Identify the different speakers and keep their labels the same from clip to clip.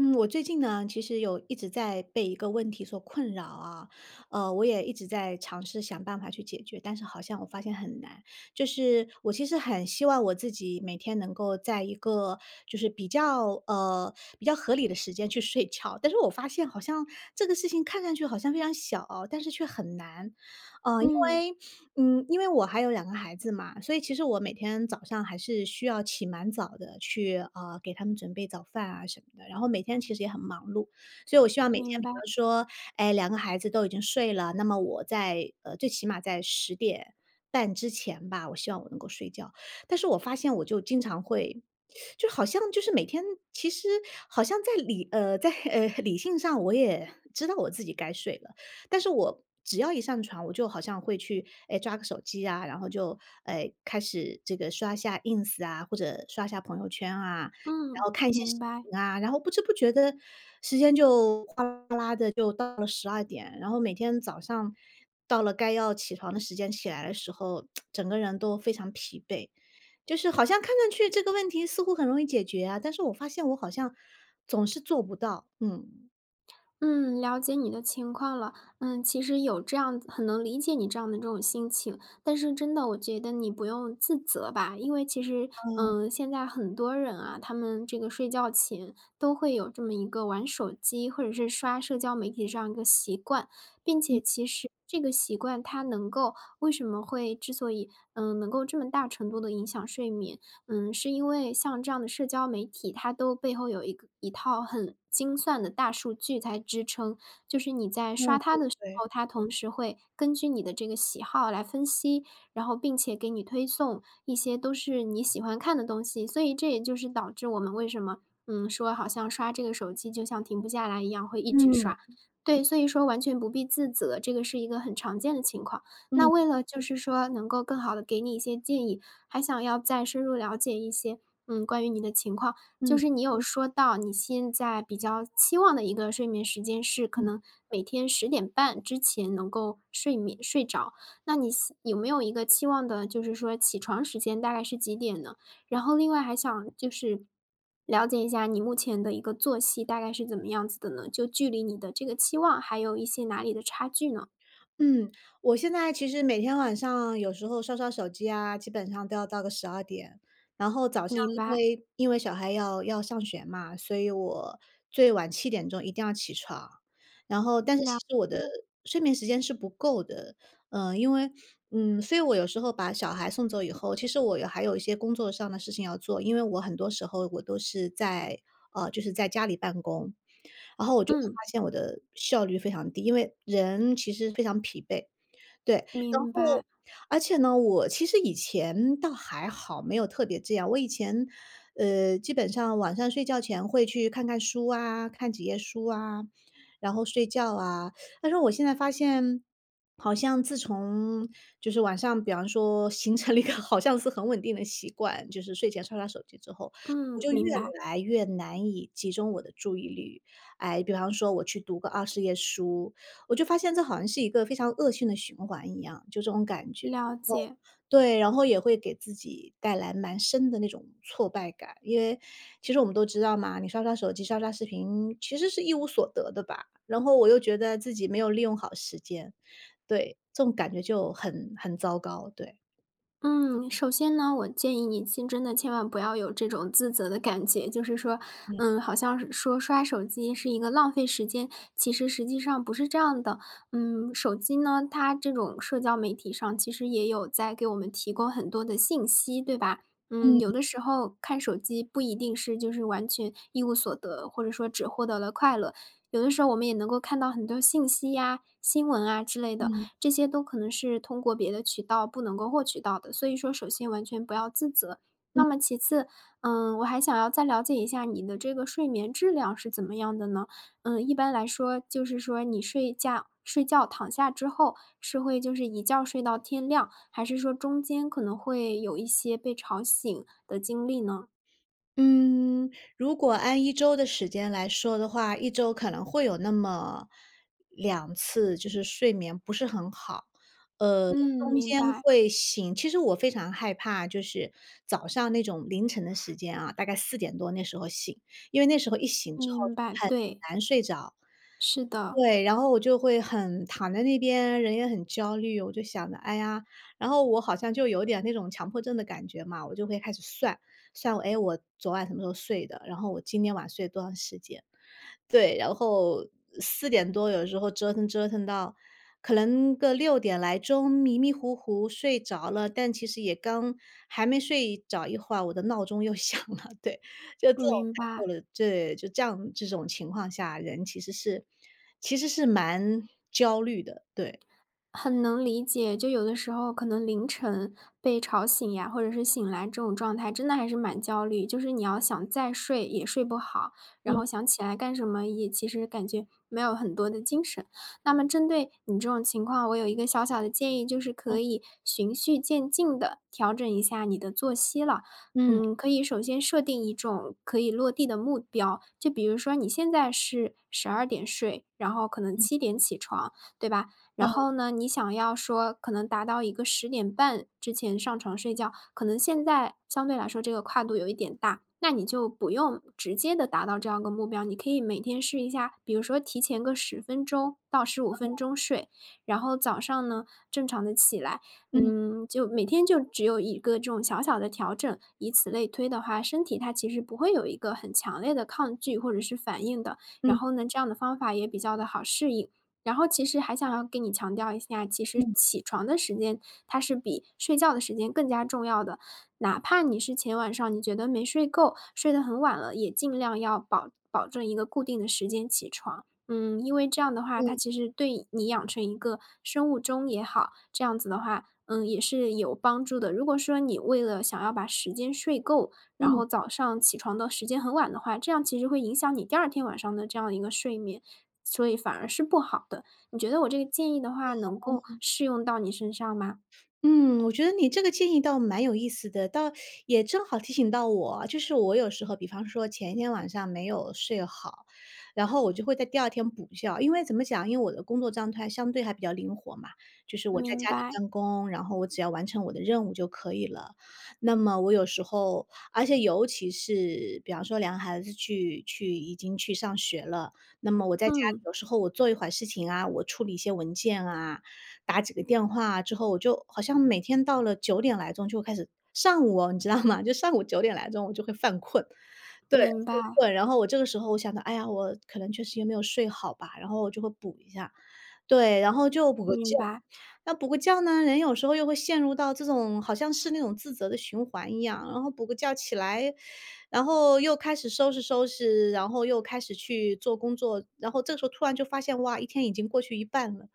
Speaker 1: 嗯，我最近呢，其实有一直在被一个问题所困扰啊，我也一直在尝试想办法去解决，但是好像我发现很难。就是我其实很希望我自己每天能够在一个就是比较比较合理的时间去睡觉，但是我发现好像这个事情看上去好像非常小啊，但是却很难，呃，因
Speaker 2: 嗯，
Speaker 1: 为因为我还有两个孩子嘛，所以其实我每天早上还是需要起蛮早的去，给他们准备早饭啊什么的，然后每天其实也很忙碌。所以我希望每天
Speaker 2: 明
Speaker 1: 比
Speaker 2: 白。
Speaker 1: 如说，哎两个孩子都已经睡了，那么我在最起码在10点半之前吧，我希望我能够睡觉。但是我发现我就经常会就好像就是每天其实好像在理性上我也知道我自己该睡了，但是我只要一上床，我就好像会去，哎，抓个手机啊，然后就，哎，开始这个刷一下 ins 啊，或者刷一下朋友圈啊，然
Speaker 2: 嗯，
Speaker 1: 后看一些视
Speaker 2: 明白。
Speaker 1: 频啊，然后不知不觉的时间就哗啦啦的就到了十二点，然后每天早上到了该要起床的时间起来的时候，整个人都非常疲惫。就是好像看上去这个问题似乎很容易解决啊，但是我发现我好像总是做不到。嗯，
Speaker 2: 嗯，了解你的情况了。嗯，其实有这样很能理解你这样的这种心情，但是真的我觉得你不用自责吧，因为其实，
Speaker 1: 嗯，
Speaker 2: 嗯，现在很多人啊，他们这个睡觉前都会有这么一个玩手机或者是刷社交媒体这样一个习惯，并且其实这个习惯它能够为什么会之所以，嗯，能够这么大程度的影响睡眠，嗯，是因为像这样的社交媒体，它都背后有一个一套很精算的大数据在支撑。就是你在
Speaker 1: 嗯，
Speaker 2: 刷它的时
Speaker 1: 对，
Speaker 2: 候，它同时会根据你的这个喜好来分析，然后并且给你推送一些都是你喜欢看的东西。所以这也就是导致我们为什么，嗯，说好像刷这个手机就像停不下来一样，会一直
Speaker 1: 嗯，
Speaker 2: 刷。对，所以说完全不必自责，这个是一个很常见的情况。那
Speaker 1: 嗯。
Speaker 2: 为了就是说能够更好的给你一些建议，还想要再深入了解一些，嗯，关于你的情况。就
Speaker 1: 嗯
Speaker 2: 是你有说到你现在比较期望的一个睡眠时间是可
Speaker 1: 嗯
Speaker 2: 能每天十点半之前能够睡眠睡着，那你有没有一个期望的，就是说起床时间大概是几点呢？然后另外还想就是了解一下你目前的一个作息大概是怎么样子的呢？就距离你的这个期望还有一些哪里的差距呢？
Speaker 1: 嗯，我现在其实每天晚上有时候刷刷手机啊，基本上都要到个十二点。然后早上
Speaker 2: 明
Speaker 1: 因
Speaker 2: 白。
Speaker 1: 为因为小孩要上学嘛，所以我最晚7点钟一定要起床。然后，但是其
Speaker 2: 了
Speaker 1: 实我的睡眠时间是不够的，嗯，因为嗯，所以我有时候把小孩送走以后，其实我还有一些工作上的事情要做，因为我很多时候我都是在就是在家里办公。然后我就会
Speaker 2: 嗯，
Speaker 1: 发现我的效率非常低，因为人其实非常疲惫，对，然
Speaker 2: 明
Speaker 1: 后
Speaker 2: 白。
Speaker 1: 而且呢，我其实以前倒还好，没有特别这样。我以前，基本上晚上睡觉前会去看看书啊，看几页书啊，然后睡觉啊。但是我现在发现，好像自从就是晚上，比方说形成了一个 好像是很稳定的习惯，就是睡前刷刷手机之后，我
Speaker 2: 嗯，
Speaker 1: 就
Speaker 2: 明
Speaker 1: 越
Speaker 2: 白。
Speaker 1: 来越难以集中我的注意力。哎，比方说我去读个20页书，我就发现这好像是一个非常恶性的循环一样，就这种感觉。
Speaker 2: 了解。
Speaker 1: 对，然后也会给自己带来蛮深的那种挫败感，因为其实我们都知道嘛，你刷刷手机、刷刷视频，其实是一无所得的吧。然后我又觉得自己没有利用好时间，对，这种感觉就很糟糕，对，
Speaker 2: 嗯，首先呢，我建议你真的千万不要有这种自责的感觉，就是说，
Speaker 1: 嗯
Speaker 2: 嗯，好像是说刷手机是一个浪费时间，其实实际上不是这样的。嗯，手机呢，它这种社交媒体上其实也有在给我们提供很多的信息，对吧？嗯，有
Speaker 1: 嗯
Speaker 2: 的时候看手机不一定是就是完全一无所得，或者说只获得了快乐，有的时候我们也能够看到很多信息呀、新闻啊之类的。
Speaker 1: 嗯。
Speaker 2: 这些都可能是通过别的渠道不能够获取到的。所以说，首先完全不要自责。那么其次，嗯，我还想要再了解一下你的这个睡眠质量是怎么样的呢？嗯，一般来说，就是说你睡觉躺下之后，是会就是一觉睡到天亮，还是说中间可能会有一些被吵醒的经历呢？
Speaker 1: 嗯，如果按一周的时间来说的话，一周可能会有那么两次，就是睡眠不是很好，呃，
Speaker 2: 嗯，
Speaker 1: 中
Speaker 2: 明
Speaker 1: 间
Speaker 2: 白，
Speaker 1: 会醒其实我非常害怕，就是早上那种凌晨的时间啊，大概四点多那时候醒，因为那时候一醒之后就
Speaker 2: 明白。
Speaker 1: 很
Speaker 2: 对，
Speaker 1: 难睡着。
Speaker 2: 是的，
Speaker 1: 对，然后我就会很躺在那边，人也很焦虑，我就想着，哎呀，然后我好像就有点那种强迫症的感觉嘛，我就会开始算，算我，哎，我昨晚什么时候睡的，然后我今天晚睡了多长时间，对，然后四点多有时候折腾折腾到可能个6点来钟，迷迷糊糊睡着了，但其实也刚还没睡着一会儿，我的闹钟又 响了，对，就这种
Speaker 2: 明
Speaker 1: 感
Speaker 2: 白。
Speaker 1: 受了，对，就这样这种情况下，人其实是蛮焦虑的，对。
Speaker 2: 很能理解，就有的时候可能凌晨被吵醒呀，或者是醒来这种状态，真的还是蛮焦虑。就是你要想再睡也睡不好，然
Speaker 1: 嗯，
Speaker 2: 后想起来干什么也其实感觉没有很多的精神。那么针对你这种情况，我有一个小小的建议，就是
Speaker 1: 嗯，
Speaker 2: 可以循序渐进的调整一下你的作息了。
Speaker 1: 嗯，
Speaker 2: 嗯，可以首先设定一种可以落地的目标，就比如说你现在是12点睡，然后可能7点起床，对吧？然后呢，你想要说可能达到一个十点半之前上床睡觉，可能现在相对来说这个跨度有一点大，那你就不用直接的达到这样一个目标，你可以每天试一下，比如说提前个10分钟到15分钟睡，然后早上呢，正常的起来。
Speaker 1: 嗯，
Speaker 2: 嗯，就每天就只有一个这种小小的调整，以此类推的话，身体它其实不会有一个很强烈的抗拒或者是反应的，然
Speaker 1: 嗯，
Speaker 2: 后呢，这样的方法也比较的好适应。然后其实还想要给你强调一下，其
Speaker 1: 嗯，
Speaker 2: 实
Speaker 1: 嗯
Speaker 2: 起床的时间它是比睡觉的时间更加重要的。哪怕你是前晚上你觉得没睡够，睡得很晚了，也尽量要保证一个固定的时间起床。嗯，因为这样的话，
Speaker 1: 嗯，
Speaker 2: 它其实对你养成一个生物钟也好，这样子的话，嗯，也是有帮助的。如果说你为了想要把时间睡够，然后早上起床的时间很晚的话，这样其实会影响你第二天晚上的这样一个睡眠。所以反而是不好的。你觉得我这个建议的话，能够适用到你身上吗？
Speaker 1: 嗯，我觉得你这个建议倒蛮有意思的，倒也正好提醒到我啊，就是我有时候，比方说前一天晚上没有睡好，然后我就会在第二天补觉。因为怎么讲，因为我的工作状态相对还比较灵活嘛，就是我在
Speaker 2: 明
Speaker 1: 家里
Speaker 2: 白。
Speaker 1: 办公，然后我只要完成我的任务就可以了。那么我有时候，而且尤其是比方说两个孩子去已经去上学了，那么我在家里
Speaker 2: 嗯，
Speaker 1: 有时候我做一会儿事情啊，我处理一些文件啊，打几个电话之后，我就好像每天到了九点来钟就开始上午哦，你知道吗？就上午9点来钟我就会犯困。对，犯
Speaker 2: 明白。
Speaker 1: 困，然后我这个时候我想着，哎呀，我可能确实也没有睡好吧，然后我就会补一下。对，然后就补个觉。
Speaker 2: 明白。
Speaker 1: 那补个觉呢，人有时候又会陷入到这种好像是那种自责的循环一样，然后补个觉起来，然后又开始收拾收拾，然后又开始去做工作，然后这个时候突然就发现，哇，一天已经过去一半了。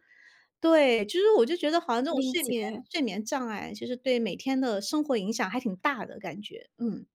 Speaker 1: 对，就是我就觉得好像这种
Speaker 2: 理
Speaker 1: 睡眠
Speaker 2: 解。
Speaker 1: 睡眠障碍，就是对每天的生活影响还挺大的感觉，嗯。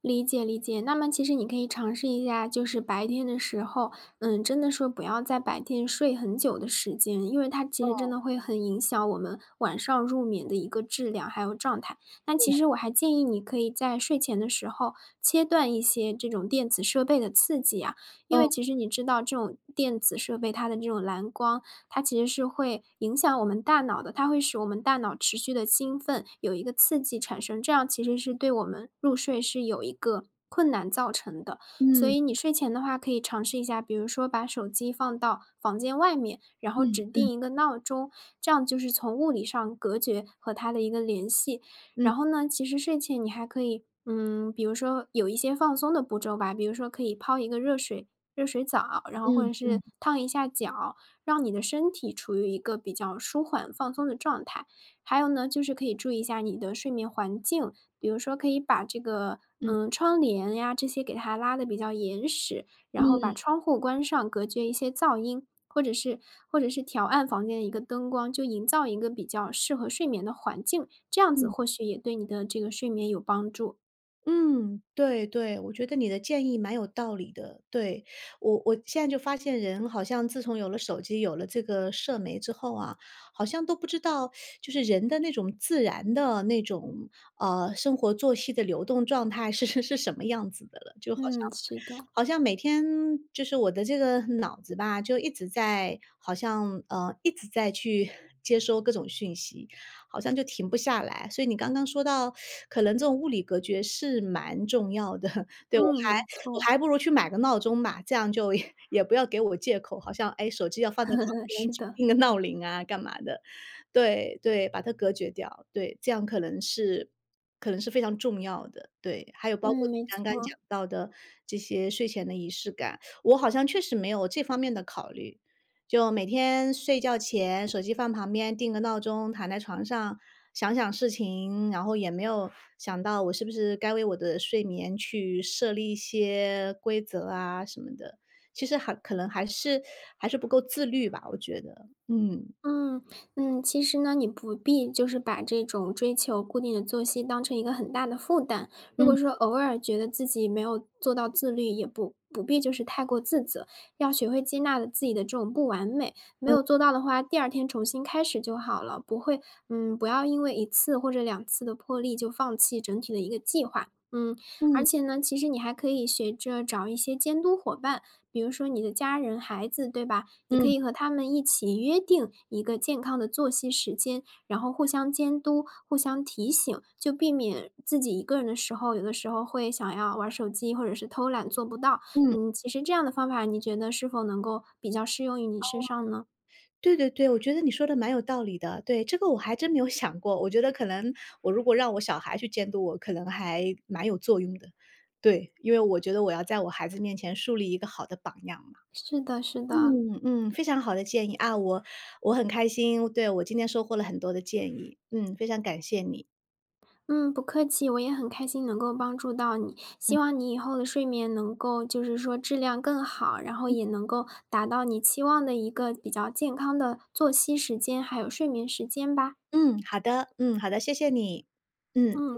Speaker 2: 理解，理解。那么其实你可以尝试一下，就是白天的时候，嗯，真的说不要在白天睡很久的时间，因为它其实真的会很影响我们晚上入眠的一个质量还有状态。那其实我还建议你可以在睡前的时候切断一些这种电子设备的刺激啊，因
Speaker 1: 哦，
Speaker 2: 为其实你知道这种电子设备它的这种蓝光它其实是会影响我们大脑的，它会使我们大脑持续的兴奋，有一个刺激产生，这样其实是对我们入睡是有一个困难造成的。所
Speaker 1: 嗯，
Speaker 2: 以你睡前的话可以尝试一下，比如说把手机放到房间外面，然后
Speaker 1: 嗯，
Speaker 2: 指
Speaker 1: 嗯，
Speaker 2: 定一个闹钟，这样就是从物理上隔绝和它的一个联系。
Speaker 1: 嗯，
Speaker 2: 然后呢，其实睡前你还可以，嗯，比如说有一些放松的步骤吧，比如说可以泡一个热水澡，然后或
Speaker 1: 嗯，
Speaker 2: 者是烫一下脚，让你的身体处于一个比较舒缓放松的状态。还有呢，就是可以注意一下你的睡眠环境，比如说可以把这个，
Speaker 1: 嗯，
Speaker 2: 嗯，窗帘呀这些给它拉的比较严实，
Speaker 1: 嗯，
Speaker 2: 然后把窗户关上，隔绝一些噪音，或者是调暗房间的一个灯光，就营造一个比较适合睡眠的环境，这样子
Speaker 1: 嗯。
Speaker 2: 或许也对你的这个睡眠有帮助。
Speaker 1: 嗯，对对，我觉得你的建议蛮有道理的。对，我现在就发现人好像自从有了手机，有了这个社媒之后啊，好像都不知道就是人的那种自然的那种，生活作息的流动状态是什么样子的了，就好
Speaker 2: 嗯，
Speaker 1: 像
Speaker 2: 是的。
Speaker 1: 每天就是我的这个脑子吧，就一直在好像，一直在去 接收各种讯息，好像就停不下来。所以你刚刚说到，可能这种物理隔绝是蛮重要的，对，我
Speaker 2: 嗯，没
Speaker 1: 还我
Speaker 2: 错。
Speaker 1: 还不如去买个闹钟吧，这样就 也不要给我借口，好像，哎，手机要放在
Speaker 2: 嗯，
Speaker 1: 旁边
Speaker 2: 是
Speaker 1: 去
Speaker 2: 的。
Speaker 1: 定个闹铃啊，干嘛的。对对，把它隔绝掉，对，这样可能是非常重要的，对。还有包括
Speaker 2: 嗯，
Speaker 1: 你
Speaker 2: 没
Speaker 1: 刚刚
Speaker 2: 错。
Speaker 1: 讲到的这些睡前的仪式感，我好像确实没有这方面的考虑。就每天睡觉前手机放旁边，定个闹钟，躺在床上想想事情，然后也没有想到我是不是该为我的睡眠去设立一些规则啊什么的。其实还可能还是不够自律吧，我觉得，嗯。
Speaker 2: 嗯，嗯，其实呢，你不必就是把这种追求固定的作息当成一个很大的负担。如
Speaker 1: 嗯
Speaker 2: 果说偶尔觉得自己没有做到自律，也不必就是太过自责，要学会接纳的自己的这种不完美。没有
Speaker 1: 嗯
Speaker 2: 做到的话，第二天重新开始就好了，不会，嗯，不要因为一次或者两次的破例就放弃整体的一个计划。嗯，
Speaker 1: 嗯。
Speaker 2: 而且呢，其实你还可以学着找一些监督伙伴，比如说你的家人、孩子，对吧？你可
Speaker 1: 嗯
Speaker 2: 以和他们一起约定一个健康的作息时间，然后互相监督、互相提醒，就避免自己一个人的时候，有的时候会想要玩手机或者是偷懒做不到。
Speaker 1: 嗯，
Speaker 2: 嗯，其实这样的方法，你觉得是否能够比较适用于你身上呢？
Speaker 1: 对对对，我觉得你说的蛮有道理的。对，这个我还真没有 想过，我觉得可能我如果让我小孩去监督我，可能还蛮有作用的。对，因为我觉得我要在我孩子面前树立一个好的榜样嘛。
Speaker 2: 是的，是的。
Speaker 1: 嗯嗯，非常好的建议啊，我很开心，对，我今天收获了很多的建议，嗯，非常感谢你。
Speaker 2: 嗯，不客气，我也很开心能够帮助到你。希望你以后的睡眠能够就是说质量更好，然后也能够达到你期望的一个比较健康的作息时间，还有睡眠时间吧。
Speaker 1: 嗯，好的，嗯，好的，谢谢你，嗯。
Speaker 2: 嗯。